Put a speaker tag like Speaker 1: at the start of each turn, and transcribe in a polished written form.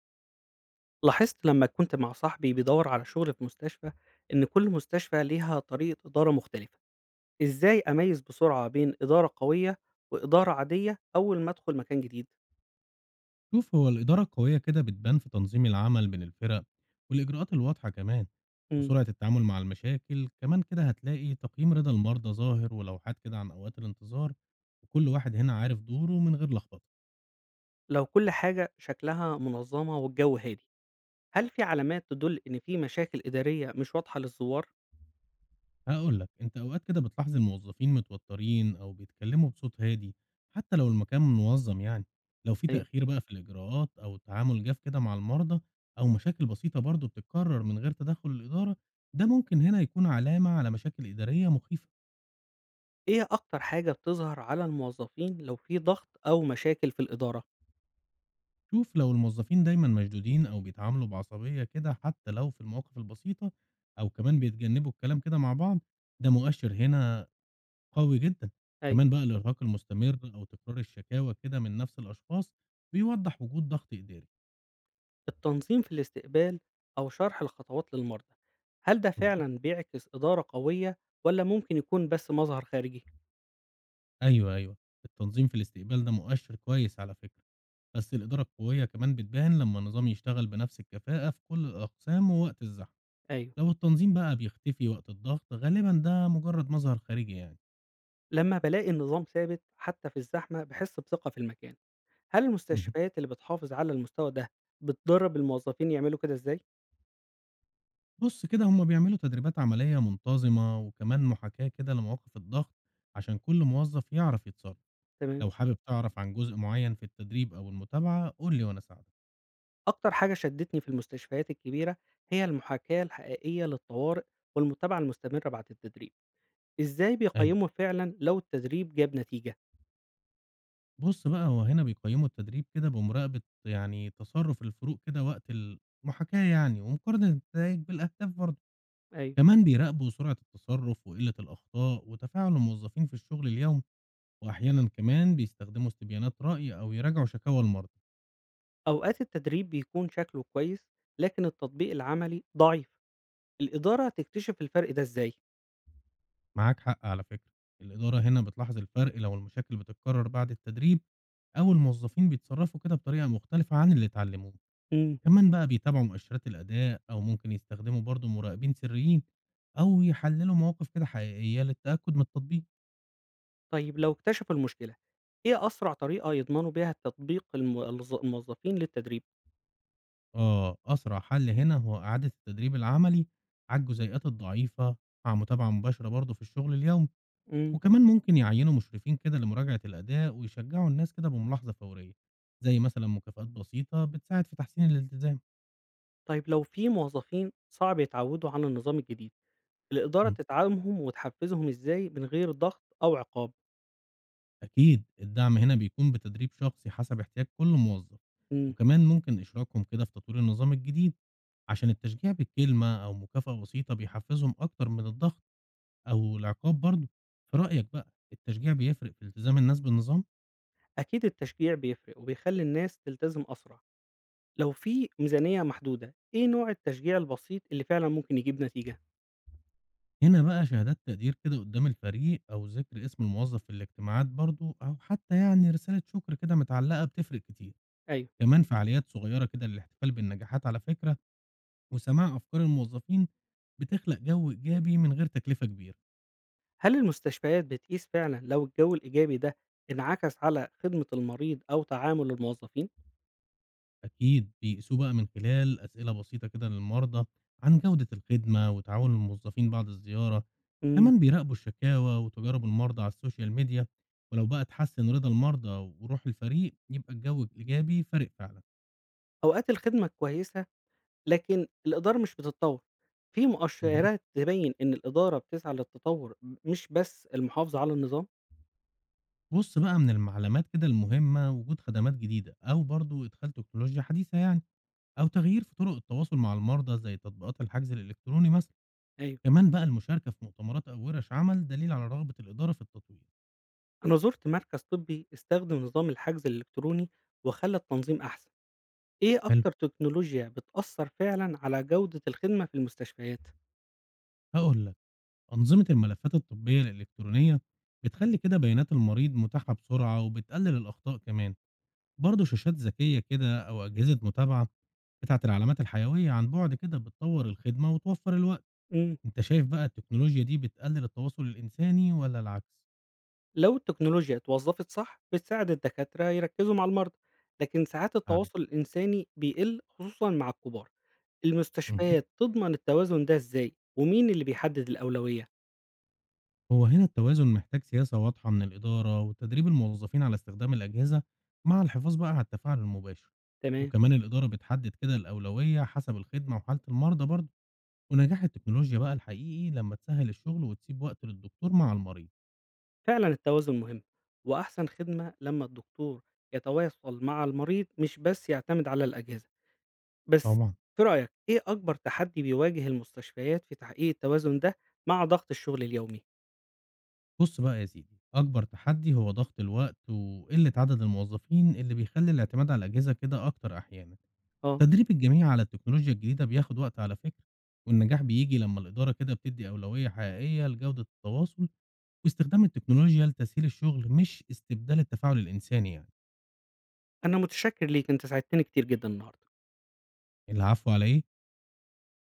Speaker 1: لاحظت لما كنت مع صاحبي بيدور على شغل في مستشفى إن كل مستشفى ليها طريقة إدارة مختلفة، إزاي أميز بسرعة بين إدارة قوية وإدارة عادية أول ما أدخل مكان جديد؟
Speaker 2: شوف، هو الإدارة القوية كده بتبان في تنظيم العمل بين الفرق والإجراءات الواضحة كمان
Speaker 1: مم.
Speaker 2: وسرعة التعامل مع المشاكل. كمان كده هتلاقي تقييم رضا المرضى ظاهر ولوحات كده عن أوقات الانتظار، وكل واحد هنا عارف دوره من غير لخبطة.
Speaker 1: لو كل حاجة شكلها منظمة والجو هادي، هل في علامات تدل إن في مشاكل إدارية مش واضحة للزوار؟
Speaker 2: هقول لك أنت، أوقات كده بتلاحظ الموظفين متوترين أو بيتكلموا بصوت هادي حتى لو المكان منظم يعني. لو في
Speaker 1: أيوه.
Speaker 2: تأخير بقى في الإجراءات أو تعامل جاف كده مع المرضى، أو مشاكل بسيطة برضه بتتكرر من غير تدخل الإدارة، ده ممكن هنا يكون علامة على مشاكل إدارية مخيفة.
Speaker 1: إيه أكتر حاجة بتظهر على الموظفين لو في ضغط أو مشاكل في الإدارة؟
Speaker 2: شوف، لو الموظفين دايما مشدودين او بيتعاملوا بعصبيه كده حتى لو في المواقف البسيطه، او كمان بيتجنبوا الكلام كده مع بعض، ده مؤشر هنا قوي جدا.
Speaker 1: أيوه.
Speaker 2: كمان بقى الارهاق المستمر او تكرار الشكاوى كده من نفس الاشخاص بيوضح وجود ضغط اداري
Speaker 1: التنظيم في الاستقبال أو شرح الخطوات للمرضى، هل ده
Speaker 2: مهم.
Speaker 1: فعلا بيعكس إدارة قوية ولا ممكن يكون بس مظهر خارجي؟
Speaker 2: ايوه ايوه، التنظيم في الاستقبال ده مؤشر كويس على فكره، بس الاداره القويه كمان بتبان لما النظام يشتغل بنفس الكفاءه في كل الاقسام ووقت الزحمه.
Speaker 1: أيوه.
Speaker 2: لو التنظيم بقى بيختفي وقت الضغط، غالبا ده مجرد مظهر خارجي يعني.
Speaker 1: لما بلاقي النظام ثابت حتى في الزحمة بحس بثقة في المكان، هل
Speaker 2: مهم.
Speaker 1: المستشفيات اللي بتحافظ على المستوى ده بتدرب الموظفين يعملوا كده إزاي؟
Speaker 2: بُص كده، هُم بيعملوا تدريبات عملية منتظمة، وكمان محاكاة كده لمواقف الضغط، عشان كل موظف يعرف يتصرف.
Speaker 1: تمام.
Speaker 2: لو حابب تعرف عن جزء معين في التدريب أو المتابعة قُل لي وأنا أساعدك.
Speaker 1: أكتر حاجة شدتني في المستشفيات الكبيرة هي المحاكاة الحقيقية للطوارئ والمتابعة المستمرة بعد التدريب، إزاي
Speaker 2: أيوه.
Speaker 1: بيقيموا فعلا لو التدريب جاب نتيجة؟
Speaker 2: بُص بقى، هو هنا بيقيّموا التدريب كده بمراقبة يعني تصرف الفروق كده وقت المحاكاة يعني، ومقارنة النتايج بالأهداف برضه.
Speaker 1: أيوه.
Speaker 2: كمان بيراقبوا سرعة التصرف وقلة الأخطاء، وتفاعل الموظفين في الشغل اليومي، وأحيانًا كمان بيستخدموا استبيانات رأي أو يراجعوا شكاوى المرضى.
Speaker 1: أوقات التدريب بيكون شكله كويس، لكن التطبيق العملي ضعيف، الإدارة تكتشف الفرق ده إزاي؟
Speaker 2: معاك حق على فكرة، الإدارة هنا بتلاحظ الفرق لو المشاكل بتتكرر بعد التدريب أو الموظفين بيتصرفوا كده بطريقة مختلفة عن اللي اتعلموه.
Speaker 1: امم
Speaker 2: كمان بقى بيتابعوا مؤشرات الأداء أو ممكن يستخدموا برضه مراقبين سريين أو يحللوا مواقف كده حقيقية للتأكد من التطبيق.
Speaker 1: طيب لو اكتشفوا المشكلة، إيه أسرع طريقة يضمنوا بيها التطبيق الموظفين للتدريب؟
Speaker 2: آه، أسرع حل هنا هو إعادة التدريب العملي على الجزيئات الضعيفة مع متابعة مباشرة برضه في الشغل اليومي.
Speaker 1: امم
Speaker 2: وكمان ممكن يعينوا مشرفين كده لمراجعة الأداء ويشجعوا الناس كده بملاحظة فورية، زي مثلا مكافآت بسيطة بتساعد في تحسين الالتزام.
Speaker 1: طيب لو في موظفين صعب يتعودوا على النظام الجديد، الإدارة
Speaker 2: مم.
Speaker 1: تدعمهم وتحفزهم إزاي من غير ضغط أو عقاب؟
Speaker 2: أكيد الدعم هنا بيكون بتدريب شخصي حسب احتياج كل موظف،
Speaker 1: امم
Speaker 2: وكمان ممكن إشراكهم كده في تطوير النظام الجديد، عشان التشجيع بالكلمة أو مكافأة بسيطة بيحفزهم أكتر من الضغط أو العقاب برضه. في رأيك بقى، التشجيع بيفرق في التزام الناس بالنظام؟
Speaker 1: أكيد التشجيع بيفرق وبيخلي الناس تلتزم أسرع، لو في ميزانية محدودة، إيه نوع التشجيع البسيط اللي فعلا ممكن يجيب نتيجة؟
Speaker 2: هنا بقى شهادات تقدير كده قدام الفريق أو ذكر اسم الموظف في الاجتماعات برضو، أو حتى رسالة شكر كده متعلقة بتفرق كتير.
Speaker 1: أيوه.
Speaker 2: كمان فعاليات صغيرة كده للاحتفال بالنجاحات على فكرة، وسماع أفكار الموظفين بتخلق جو إيجابي من غير تكلفة كبيرة.
Speaker 1: هل المستشفيات بتقيس فعلًا لو الجو الإيجابي ده انعكس على خدمة المريض أو تعامل الموظفين؟
Speaker 2: أكيد بيقيسوه بقى من خلال أسئلة بسيطة كده للمرضى عن جودة الخدمة وتعاون الموظفين بعد الزيارة.
Speaker 1: إمم.
Speaker 2: كمان بيراقبوا الشكاوى وتجارب المرضى على السوشيال ميديا، ولو بقى تحسن رضا المرضى وروح الفريق يبقى الجو الإيجابي فارق فعلا.
Speaker 1: أوقات الخدمة كويسة، لكن الإدارة مش بتتطور. في
Speaker 2: اهم.
Speaker 1: مؤشرات تبين إن الإدارة بتسعى للتطور مش بس المحافظة على النظام؟
Speaker 2: بُص بقى، من المعلومات كده المهمة وجود خدمات جديدة أو برضه إدخال تكنولوجيا حديثة يعني، أو تغيير في طرق التواصل مع المرضى زي تطبيقات الحجز الإلكتروني مثلًا.
Speaker 1: أيوه.
Speaker 2: كمان بقى المشاركة في مؤتمرات أو ورش عمل دليل على رغبة الإدارة في التطوير.
Speaker 1: أنا زُرت مركز طبي استخدم نظام الحجز الإلكتروني وخلّى التنظيم أحسن. إيه
Speaker 2: حلو،
Speaker 1: أكتر تكنولوجيا بتأثر فعلًا على جودة الخدمة في المستشفيات؟
Speaker 2: هاقول لك، أنظمة الملفات الطبية الإلكترونية بتخلّي كده بيانات المريض متاحة بسرعة وبتقلل الأخطاء كمان، برضه شاشات ذكية كده أو أجهزة متابعة بتاعة العلامات الحيوية عن بُعد كده بتطور الخدمة وتوفر الوقت.
Speaker 1: إمم.
Speaker 2: أنت شايف بقى التكنولوجيا دي بتقلل التواصل الإنساني والّا العكس؟
Speaker 1: لو التكنولوجيا اتوظّفت صح بتساعد الدكاترة يركّزوا مع المرضى، لكن ساعات
Speaker 2: فعلًا.
Speaker 1: التواصل الإنساني بيقل خصوصًا مع الكبار،
Speaker 2: اهم.
Speaker 1: المستشفيات تضمن التوازن ده إزاي؟ ومين اللي بيحدد الأولوية؟
Speaker 2: هو هنا التوازن محتاج سياسة واضحة من الإدارة، وتدريب الموظفين على استخدام الأجهزة، مع الحفاظ بقى على التفاعل المباشر،
Speaker 1: تمام،
Speaker 2: وكمان الإدارة بتحدد كده الأولوية حسب الخدمة وحالة المرضى برضه، ونجاح التكنولوجيا بقى الحقيقي لمّا تسهّل الشغل وتسيب وقت للدكتور مع المريض.
Speaker 1: فعلًا التوازن مهم، وأحسن خدمة لمّا الدكتور يتواصل مع المريض مش بس يعتمد على الأجهزة، بس
Speaker 2: طبعًا.
Speaker 1: في رأيك إيه أكبر تحدي بيواجه المستشفيات في تحقيق التوازن ده مع ضغط الشغل اليومي؟
Speaker 2: بُص بقى يا سيدي، أكبر تحدي هو ضغط الوقت وقلة عدد الموظفين اللي بيخلّي الاعتماد على الأجهزة كده أكتر أحيانًا.
Speaker 1: آه،
Speaker 2: تدريب الجميع على التكنولوجيا الجديدة بياخد وقت على فكرة، والنجاح بييجي لما الإدارة كده بتدي أولوية حقيقية لجودة التواصل واستخدام التكنولوجيا لتسهيل الشغل مش استبدال التفاعل الإنساني يعني.
Speaker 1: أنا متشكر ليك أنت ساعدتني كتير جدًا النهارده.
Speaker 2: العفو، على إيه؟